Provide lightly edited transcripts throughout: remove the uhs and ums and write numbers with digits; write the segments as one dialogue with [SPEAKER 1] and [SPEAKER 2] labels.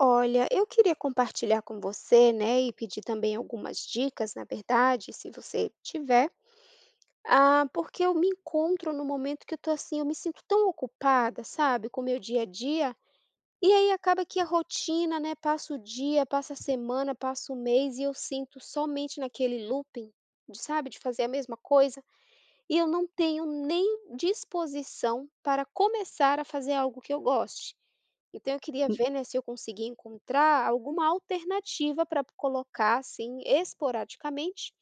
[SPEAKER 1] Olha, eu queria compartilhar com você, né, e pedir também algumas dicas, na verdade, se você tiver, porque eu me encontro no momento que eu tô assim, eu me sinto tão ocupada, sabe, com o meu dia a dia, e aí acaba que a rotina, né, passa o dia, passa a semana, passa o mês e eu sinto somente naquele looping, de, sabe, de fazer a mesma coisa. E eu não tenho nem disposição para começar a fazer algo que eu goste. Então eu queria ver, né, se eu conseguia encontrar alguma alternativa para colocar, assim, esporadicamente,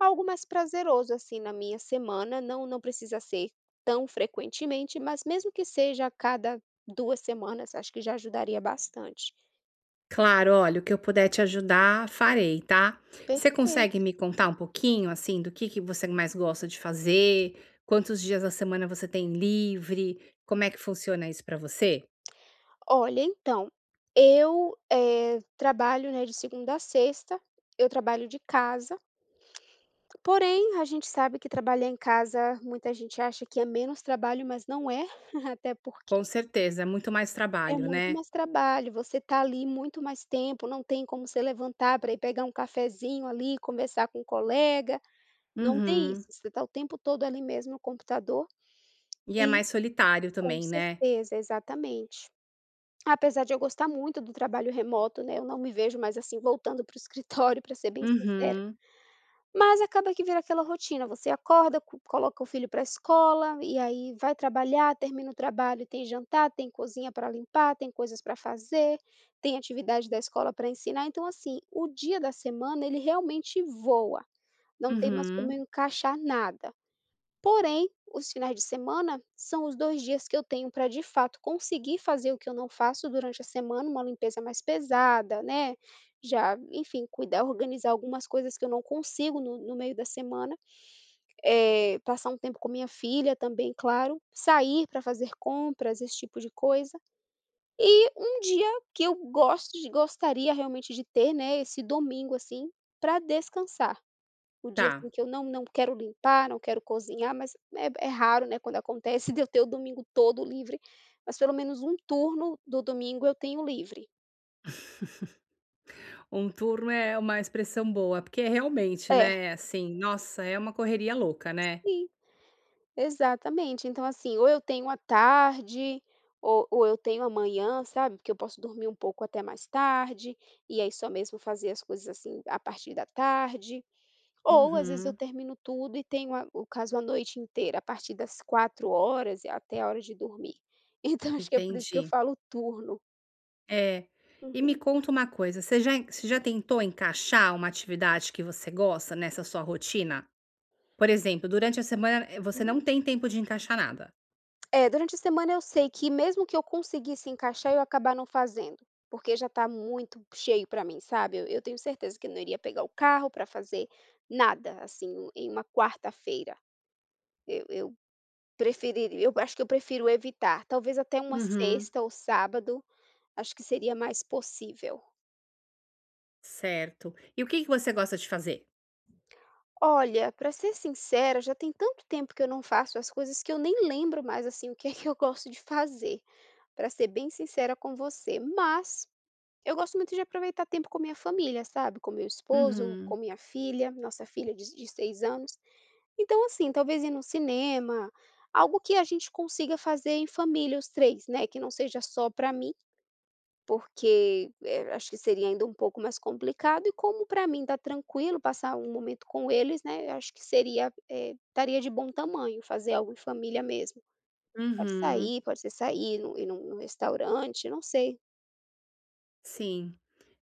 [SPEAKER 1] algo mais prazeroso, assim, na minha semana, não precisa ser tão frequentemente, mas mesmo que seja a cada 2 semanas, acho que já ajudaria bastante.
[SPEAKER 2] Claro, olha, o que eu puder te ajudar, farei, tá. Você consegue
[SPEAKER 1] Perfeito.
[SPEAKER 2] me contar um pouquinho, assim, do que você mais gosta de fazer? Quantos dias da semana você tem livre? Como é que funciona isso pra você?
[SPEAKER 1] Olha, então, eu, trabalho, né, de segunda a sexta, eu trabalho de casa. Porém, a gente sabe que trabalhar em casa, muita gente acha que é menos trabalho, mas não é, até porque
[SPEAKER 2] Com certeza, é muito mais
[SPEAKER 1] é
[SPEAKER 2] trabalho,
[SPEAKER 1] muito
[SPEAKER 2] né.
[SPEAKER 1] mais trabalho, você está ali muito mais tempo, não tem como você levantar para ir pegar um cafezinho ali, conversar com um colega, não tem isso,
[SPEAKER 2] Uhum.
[SPEAKER 1] você está o tempo todo ali mesmo no computador
[SPEAKER 2] E é
[SPEAKER 1] e
[SPEAKER 2] mais solitário
[SPEAKER 1] com
[SPEAKER 2] também, né.
[SPEAKER 1] certeza, exatamente. Apesar de eu gostar muito do trabalho remoto, né, eu não me vejo mais, assim, voltando para o escritório, para ser bem sincera.
[SPEAKER 2] Uhum,
[SPEAKER 1] Mas acaba que vira aquela rotina, você acorda, co coloca o filho pra escola, e aí vai trabalhar, termina o trabalho, tem jantar, tem cozinha para limpar, tem coisas para fazer, tem atividade da escola para ensinar, então assim, o dia da semana ele realmente voa, não tem mais como
[SPEAKER 2] uhum.
[SPEAKER 1] encaixar nada. Porém, os finais de semana são os 2 dias que eu tenho para, de fato, conseguir fazer o que eu não faço durante a semana, uma limpeza mais pesada, né, já, enfim, cuidar, organizar algumas coisas que eu não consigo no meio da semana, passar um tempo com minha filha também, claro, sair para fazer compras, esse tipo de coisa. E um dia que eu gosto de gostaria realmente de ter, né, esse domingo, assim, para descansar. O dia,
[SPEAKER 2] Tá.
[SPEAKER 1] assim, que eu não quero limpar, não quero cozinhar, mas é raro, né, quando acontece de eu ter o domingo todo livre, mas pelo menos um turno do domingo eu tenho livre.
[SPEAKER 2] Um turno é uma expressão boa, porque realmente,
[SPEAKER 1] É,
[SPEAKER 2] né, assim, nossa, é uma correria louca, né.
[SPEAKER 1] sim, exatamente. Então, assim, ou eu tenho à tarde, ou eu tenho amanhã, sabe, porque eu posso dormir um pouco até mais tarde, e aí só mesmo fazer as coisas, assim, a partir da tarde. Ou às vezes eu
[SPEAKER 2] Uhum,
[SPEAKER 1] termino tudo e tenho a o caso a noite inteira, a partir das 4 horas e até a hora de dormir. Então acho que é por isso que eu
[SPEAKER 2] entendi.
[SPEAKER 1] falo turno.
[SPEAKER 2] É. E me
[SPEAKER 1] Uhum,
[SPEAKER 2] conta uma coisa, você já tentou encaixar uma atividade que você gosta nessa sua rotina? Por exemplo, durante a semana, você não
[SPEAKER 1] hum.
[SPEAKER 2] tem tempo de encaixar nada.
[SPEAKER 1] É, durante a semana eu sei que mesmo que eu conseguisse encaixar, eu acabar não fazendo, porque já tá muito cheio para mim, sabe. Eu tenho certeza que eu não iria pegar o carro para fazer nada, assim, em uma quarta-feira. Eu eu eu acho que eu prefiro evitar. Talvez até uma
[SPEAKER 2] Uhum.
[SPEAKER 1] sexta ou sábado, acho que seria mais possível.
[SPEAKER 2] Certo. E o que que você gosta de fazer?
[SPEAKER 1] Olha, para ser sincera, já tem tanto tempo que eu não faço as coisas que eu nem lembro mais, assim, o que é que eu gosto de fazer, para ser bem sincera com você. Mas eu gosto muito de aproveitar tempo com minha família, sabe? Com meu esposo, com
[SPEAKER 2] Uhum.
[SPEAKER 1] minha filha, nossa filha de 6 anos. Então, assim, talvez ir no cinema, algo que a gente consiga fazer em família, os três, né? Que não seja só para mim porque, acho que seria ainda um pouco mais complicado e como para mim tá tranquilo passar um momento com eles, né, eu acho que seria, estaria de bom tamanho fazer algo em família mesmo. Pode
[SPEAKER 2] Uhum.
[SPEAKER 1] sair, pode ser sair no ir num restaurante, não sei.
[SPEAKER 2] Sim.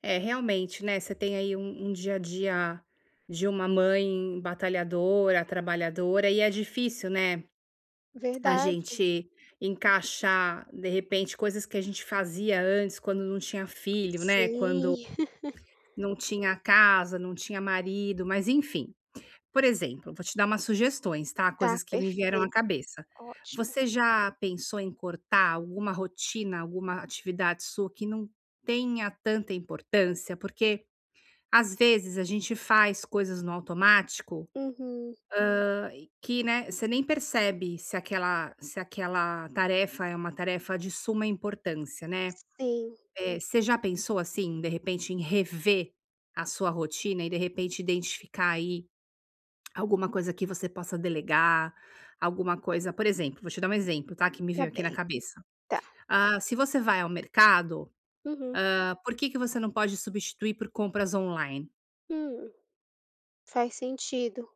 [SPEAKER 2] É, realmente, né, você tem aí um dia a dia de uma mãe batalhadora, trabalhadora, e é difícil, né, a
[SPEAKER 1] Verdade.
[SPEAKER 2] gente encaixar, de repente, coisas que a gente fazia antes quando não tinha filho, né, quando
[SPEAKER 1] Sim,
[SPEAKER 2] não tinha casa, não tinha marido, mas enfim. Por exemplo, vou te dar umas sugestões, tá,
[SPEAKER 1] tá
[SPEAKER 2] coisas que me vieram à
[SPEAKER 1] perfeito.
[SPEAKER 2] cabeça.
[SPEAKER 1] Ótimo.
[SPEAKER 2] Você já pensou em cortar alguma rotina, alguma atividade sua que não tenha tanta importância? Porque, às vezes, a gente faz coisas no automático
[SPEAKER 1] Uhum.
[SPEAKER 2] que, né, você nem percebe se aquela tarefa é uma tarefa de suma importância, né.
[SPEAKER 1] Sim,
[SPEAKER 2] Você já pensou, assim, de repente, em rever a sua rotina e, de repente, identificar aí alguma coisa que você possa delegar, alguma coisa por exemplo, vou te dar um exemplo, tá, que me
[SPEAKER 1] tá
[SPEAKER 2] veio aqui na
[SPEAKER 1] bem,
[SPEAKER 2] cabeça.
[SPEAKER 1] tá.
[SPEAKER 2] Ah, se você vai ao mercado,
[SPEAKER 1] Uhum.
[SPEAKER 2] ah, por que que você não pode substituir por compras online?
[SPEAKER 1] Hum, faz sentido.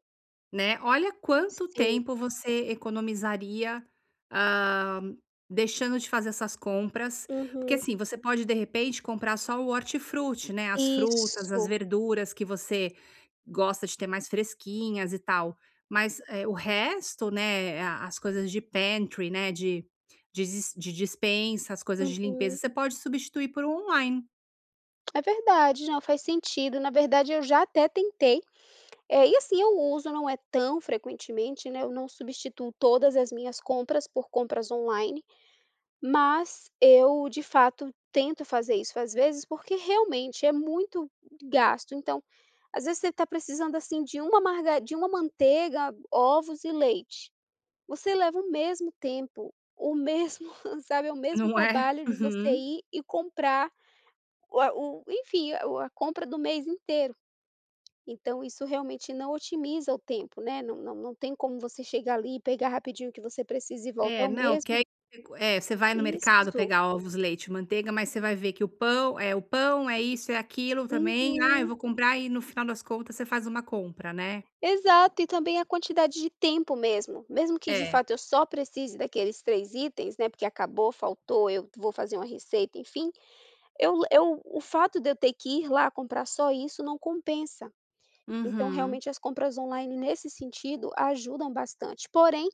[SPEAKER 2] Né, olha quanto
[SPEAKER 1] Sim.
[SPEAKER 2] tempo você economizaria, ah, deixando de fazer essas compras, porque
[SPEAKER 1] Uhum.
[SPEAKER 2] assim, você pode de repente comprar só o hortifruti, né, as frutas, as
[SPEAKER 1] Isso.
[SPEAKER 2] verduras que você gosta de ter mais fresquinhas e tal, mas, o resto, né, a as coisas de pantry, né, de dis de dispensa, as coisas de limpeza,
[SPEAKER 1] Uhum.
[SPEAKER 2] você pode substituir por um online,
[SPEAKER 1] É verdade, não, faz sentido. Na verdade, eu já até tentei, e assim, eu uso, não é tão frequentemente, né, eu não substituo todas as minhas compras por compras online, mas eu, de fato, tento fazer isso às vezes, porque realmente é muito gasto. Então, às vezes você está precisando, assim, de uma manteiga, ovos e leite. Você leva o mesmo tempo, o mesmo sabe, é o mesmo
[SPEAKER 2] não é?
[SPEAKER 1] trabalho de você ir e comprar o a o enfim, a compra do mês inteiro. Então isso realmente não otimiza o tempo, né, não tem como você chegar ali e pegar rapidinho o que você precisa e voltar
[SPEAKER 2] É,
[SPEAKER 1] é o
[SPEAKER 2] não, que
[SPEAKER 1] mesmo.
[SPEAKER 2] aí é, você vai no mercado
[SPEAKER 1] Isso.
[SPEAKER 2] pegar ovos, leite, manteiga, mas você vai ver que o pão, é isso, é aquilo também. "Ah, eu
[SPEAKER 1] Uhum.
[SPEAKER 2] vou comprar", e no final das contas você faz uma compra, né.
[SPEAKER 1] Exato, e também a quantidade de tempo mesmo. Mesmo que de
[SPEAKER 2] É.
[SPEAKER 1] fato eu só precise daqueles 3 itens, né, porque acabou, faltou, eu vou fazer uma receita, enfim, eu o fato de eu ter que ir lá comprar só isso não compensa. Então
[SPEAKER 2] Uhum.
[SPEAKER 1] realmente as compras online nesse sentido ajudam bastante, porém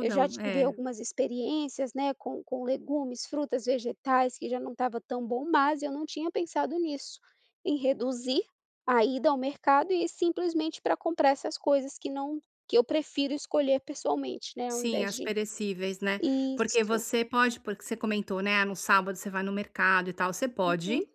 [SPEAKER 1] eu já tive
[SPEAKER 2] é.
[SPEAKER 1] algumas experiências, né, com legumes, frutas, vegetais, que já não estava tão bom, mas eu não tinha pensado nisso, em reduzir a ida ao mercado e simplesmente para comprar essas coisas que não que eu prefiro escolher pessoalmente, né, ao
[SPEAKER 2] Sim,
[SPEAKER 1] invés
[SPEAKER 2] as
[SPEAKER 1] de.
[SPEAKER 2] perecíveis, né. Porque
[SPEAKER 1] Isso.
[SPEAKER 2] você pode porque você comentou, né, ah, no sábado você vai no mercado e tal, você
[SPEAKER 1] Uhum.
[SPEAKER 2] pode,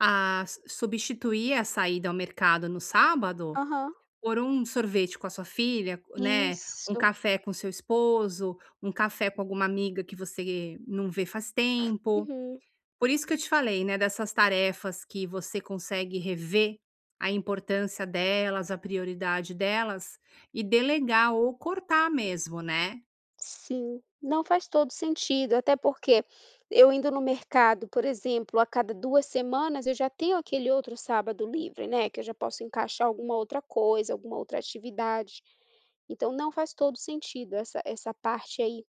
[SPEAKER 2] ah, su substituir a saída ao mercado no sábado
[SPEAKER 1] Aham.
[SPEAKER 2] por um sorvete com a sua filha, né, um
[SPEAKER 1] Isso.
[SPEAKER 2] café com seu esposo, um café com alguma amiga que você não vê faz tempo.
[SPEAKER 1] Uhum.
[SPEAKER 2] Por isso que eu te falei, né, dessas tarefas que você consegue rever a importância delas, a prioridade delas, e delegar ou cortar mesmo, né.
[SPEAKER 1] Sim. Não, faz todo sentido, até porque eu indo no mercado, por exemplo, a cada 2 semanas eu já tenho aquele outro sábado livre, né, que eu já posso encaixar alguma outra coisa, alguma outra atividade. Então não faz todo sentido essa parte aí.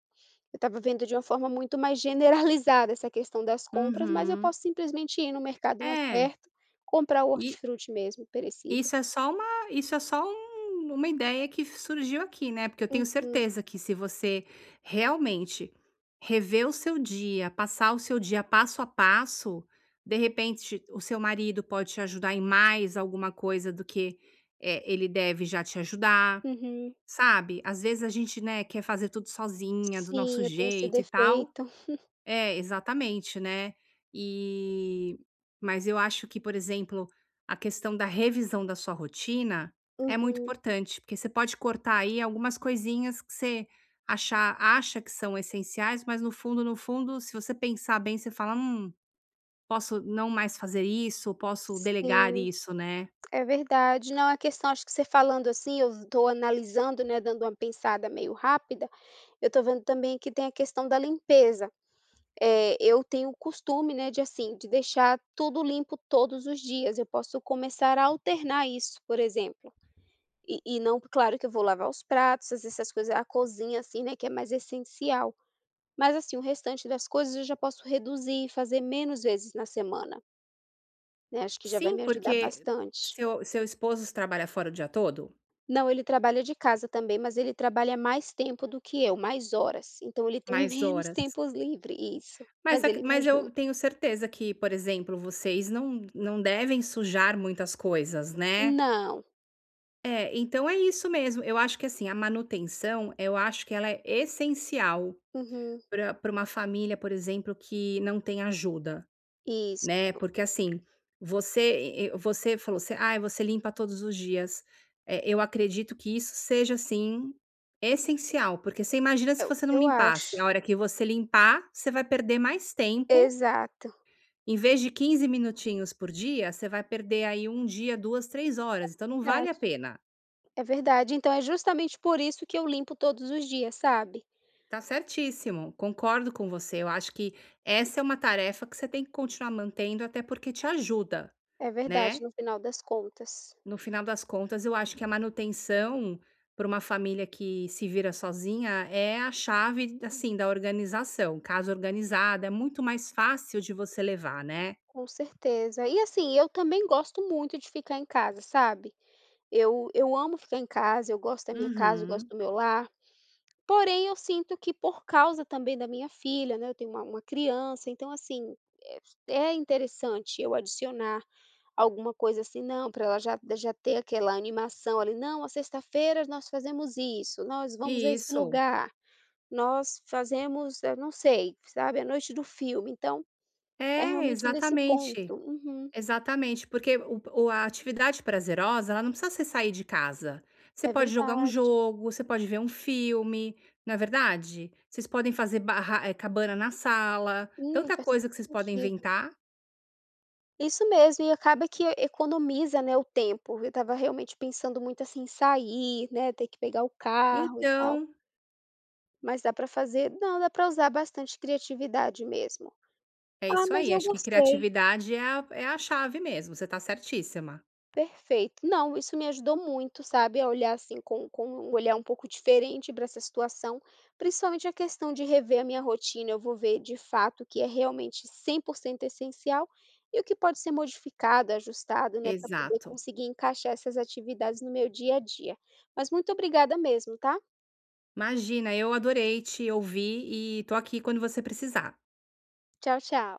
[SPEAKER 1] Eu estava vendo de uma forma muito mais generalizada essa questão das compras, mas eu
[SPEAKER 2] Uhum.
[SPEAKER 1] posso simplesmente ir no mercado mais
[SPEAKER 2] É.
[SPEAKER 1] perto, comprar o
[SPEAKER 2] E
[SPEAKER 1] hortifruti mesmo, perecível.
[SPEAKER 2] Isso é só uma isso é só um uma ideia que surgiu aqui, né, porque eu tenho
[SPEAKER 1] Uhum,
[SPEAKER 2] certeza que se você realmente rever o seu dia, passar o seu dia passo a passo, de repente o seu marido pode te ajudar em mais alguma coisa do que, ele deve já te ajudar,
[SPEAKER 1] uhum.
[SPEAKER 2] sabe. Às vezes a gente, né, quer fazer tudo sozinha, do nosso
[SPEAKER 1] Sim, eu tenho esse
[SPEAKER 2] jeito e tal,
[SPEAKER 1] defeito.
[SPEAKER 2] é, exatamente, né. E mas eu acho que, por exemplo, a questão da revisão da sua rotina é muito
[SPEAKER 1] Uhum,
[SPEAKER 2] importante, porque você pode cortar aí algumas coisinhas que você acha que são essenciais, mas no fundo, no fundo, se você pensar bem, você fala: posso não mais fazer isso, posso delegar
[SPEAKER 1] sim.
[SPEAKER 2] isso", né.
[SPEAKER 1] É verdade. Não, a questão acho que você falando assim, eu estou analisando, né, dando uma pensada meio rápida, eu estou vendo também que tem a questão da limpeza. Eu tenho o costume, né, de assim, de deixar tudo limpo todos os dias. Eu posso começar a alternar isso, por exemplo. E não claro que eu vou lavar os pratos, fazer essas coisas, a cozinha assim, né, que é mais essencial. Mas assim, o restante das coisas eu já posso reduzir e fazer menos vezes na semana, né, acho que já vai
[SPEAKER 2] Sim,
[SPEAKER 1] me ajudar
[SPEAKER 2] porque
[SPEAKER 1] bastante.
[SPEAKER 2] seu esposo trabalha fora o dia todo?
[SPEAKER 1] Não, ele trabalha de casa também, mas ele trabalha mais tempo do que eu, mais horas, então ele tem
[SPEAKER 2] Mais
[SPEAKER 1] menos
[SPEAKER 2] horas.
[SPEAKER 1] tempos livre, isso,
[SPEAKER 2] Mas
[SPEAKER 1] mas
[SPEAKER 2] ac
[SPEAKER 1] ele me
[SPEAKER 2] mas eu
[SPEAKER 1] ajuda.
[SPEAKER 2] tenho certeza que, por exemplo, vocês não devem sujar muitas coisas, né.
[SPEAKER 1] Não,
[SPEAKER 2] É, então é isso mesmo, eu acho que, assim, a manutenção, eu acho que ela é essencial
[SPEAKER 1] uhum,
[SPEAKER 2] para pra uma família, por exemplo, que não tem ajuda, né,
[SPEAKER 1] isso,
[SPEAKER 2] porque, assim, você e você falou você: "Ai, você limpa todos os dias". Eu acredito que isso seja, assim, essencial, porque você imagina se
[SPEAKER 1] é o
[SPEAKER 2] você
[SPEAKER 1] que
[SPEAKER 2] não
[SPEAKER 1] eu
[SPEAKER 2] limpasse, a
[SPEAKER 1] acho.
[SPEAKER 2] hora que você limpar, você vai perder mais tempo
[SPEAKER 1] Exato,
[SPEAKER 2] em vez de 15 minutinhos por dia, você vai perder aí um dia, 2, 3 horas, então não vale a
[SPEAKER 1] verdade,
[SPEAKER 2] pena.
[SPEAKER 1] é verdade, então é justamente por isso que eu limpo todos os dias, sabe.
[SPEAKER 2] Tá certíssimo, concordo com você. Eu acho que essa é uma tarefa que você tem que continuar mantendo, até porque te ajuda,
[SPEAKER 1] É verdade,
[SPEAKER 2] né.
[SPEAKER 1] no final das contas,
[SPEAKER 2] No final das contas, eu acho que a manutenção para uma família que se vira sozinha é a chave, assim, da organização. Casa organizada é muito mais fácil de você levar, né.
[SPEAKER 1] com certeza. E assim, eu também gosto muito de ficar em casa, sabe. Eu amo ficar em casa, eu gosto da minha casa, eu gosto
[SPEAKER 2] Uhum.
[SPEAKER 1] do meu lar. Porém, eu sinto que por causa também da minha filha, né, eu tenho uma criança, então assim, é é interessante eu adicionar alguma coisa assim, não, para ela já já ter aquela animação ali, não, a sexta-feira nós fazemos isso, nós vamos a esse
[SPEAKER 2] Isso.
[SPEAKER 1] lugar, nós fazemos, eu não sei, sabe, a noite do filme, então é
[SPEAKER 2] É,
[SPEAKER 1] realmente nesse
[SPEAKER 2] exatamente.
[SPEAKER 1] ponto. Uhum,
[SPEAKER 2] Exatamente, porque o a atividade prazerosa, ela não precisa ser sair de casa. Você
[SPEAKER 1] é
[SPEAKER 2] pode jogar um
[SPEAKER 1] verdade.
[SPEAKER 2] jogo, você pode ver um filme, não é verdade? Vocês podem fazer barra cabana na sala, tanta
[SPEAKER 1] Faz
[SPEAKER 2] coisa que vocês podem
[SPEAKER 1] sentido.
[SPEAKER 2] inventar.
[SPEAKER 1] Isso mesmo, e acaba que economiza, né, o tempo. Eu estava realmente pensando muito, assim, em sair, né, ter que pegar o carro e tal,
[SPEAKER 2] Então,
[SPEAKER 1] mas dá para fazer não, dá para usar bastante criatividade mesmo.
[SPEAKER 2] é
[SPEAKER 1] "Ah,
[SPEAKER 2] isso
[SPEAKER 1] mas
[SPEAKER 2] aí,
[SPEAKER 1] eu
[SPEAKER 2] acho que
[SPEAKER 1] gostei".
[SPEAKER 2] criatividade é a chave mesmo, você tá certíssima.
[SPEAKER 1] Perfeito. Não, isso me ajudou muito, sabe, a olhar assim com um olhar um pouco diferente para essa situação, principalmente a questão de rever a minha rotina. Eu vou ver de fato o que é realmente 100% essencial e o que pode ser modificado, ajustado, né, para poder
[SPEAKER 2] Exato.
[SPEAKER 1] conseguir encaixar essas atividades no meu dia a dia. Mas muito obrigada mesmo, tá?
[SPEAKER 2] Imagina, eu adorei te ouvir e tô aqui quando você precisar.
[SPEAKER 1] Tchau, tchau.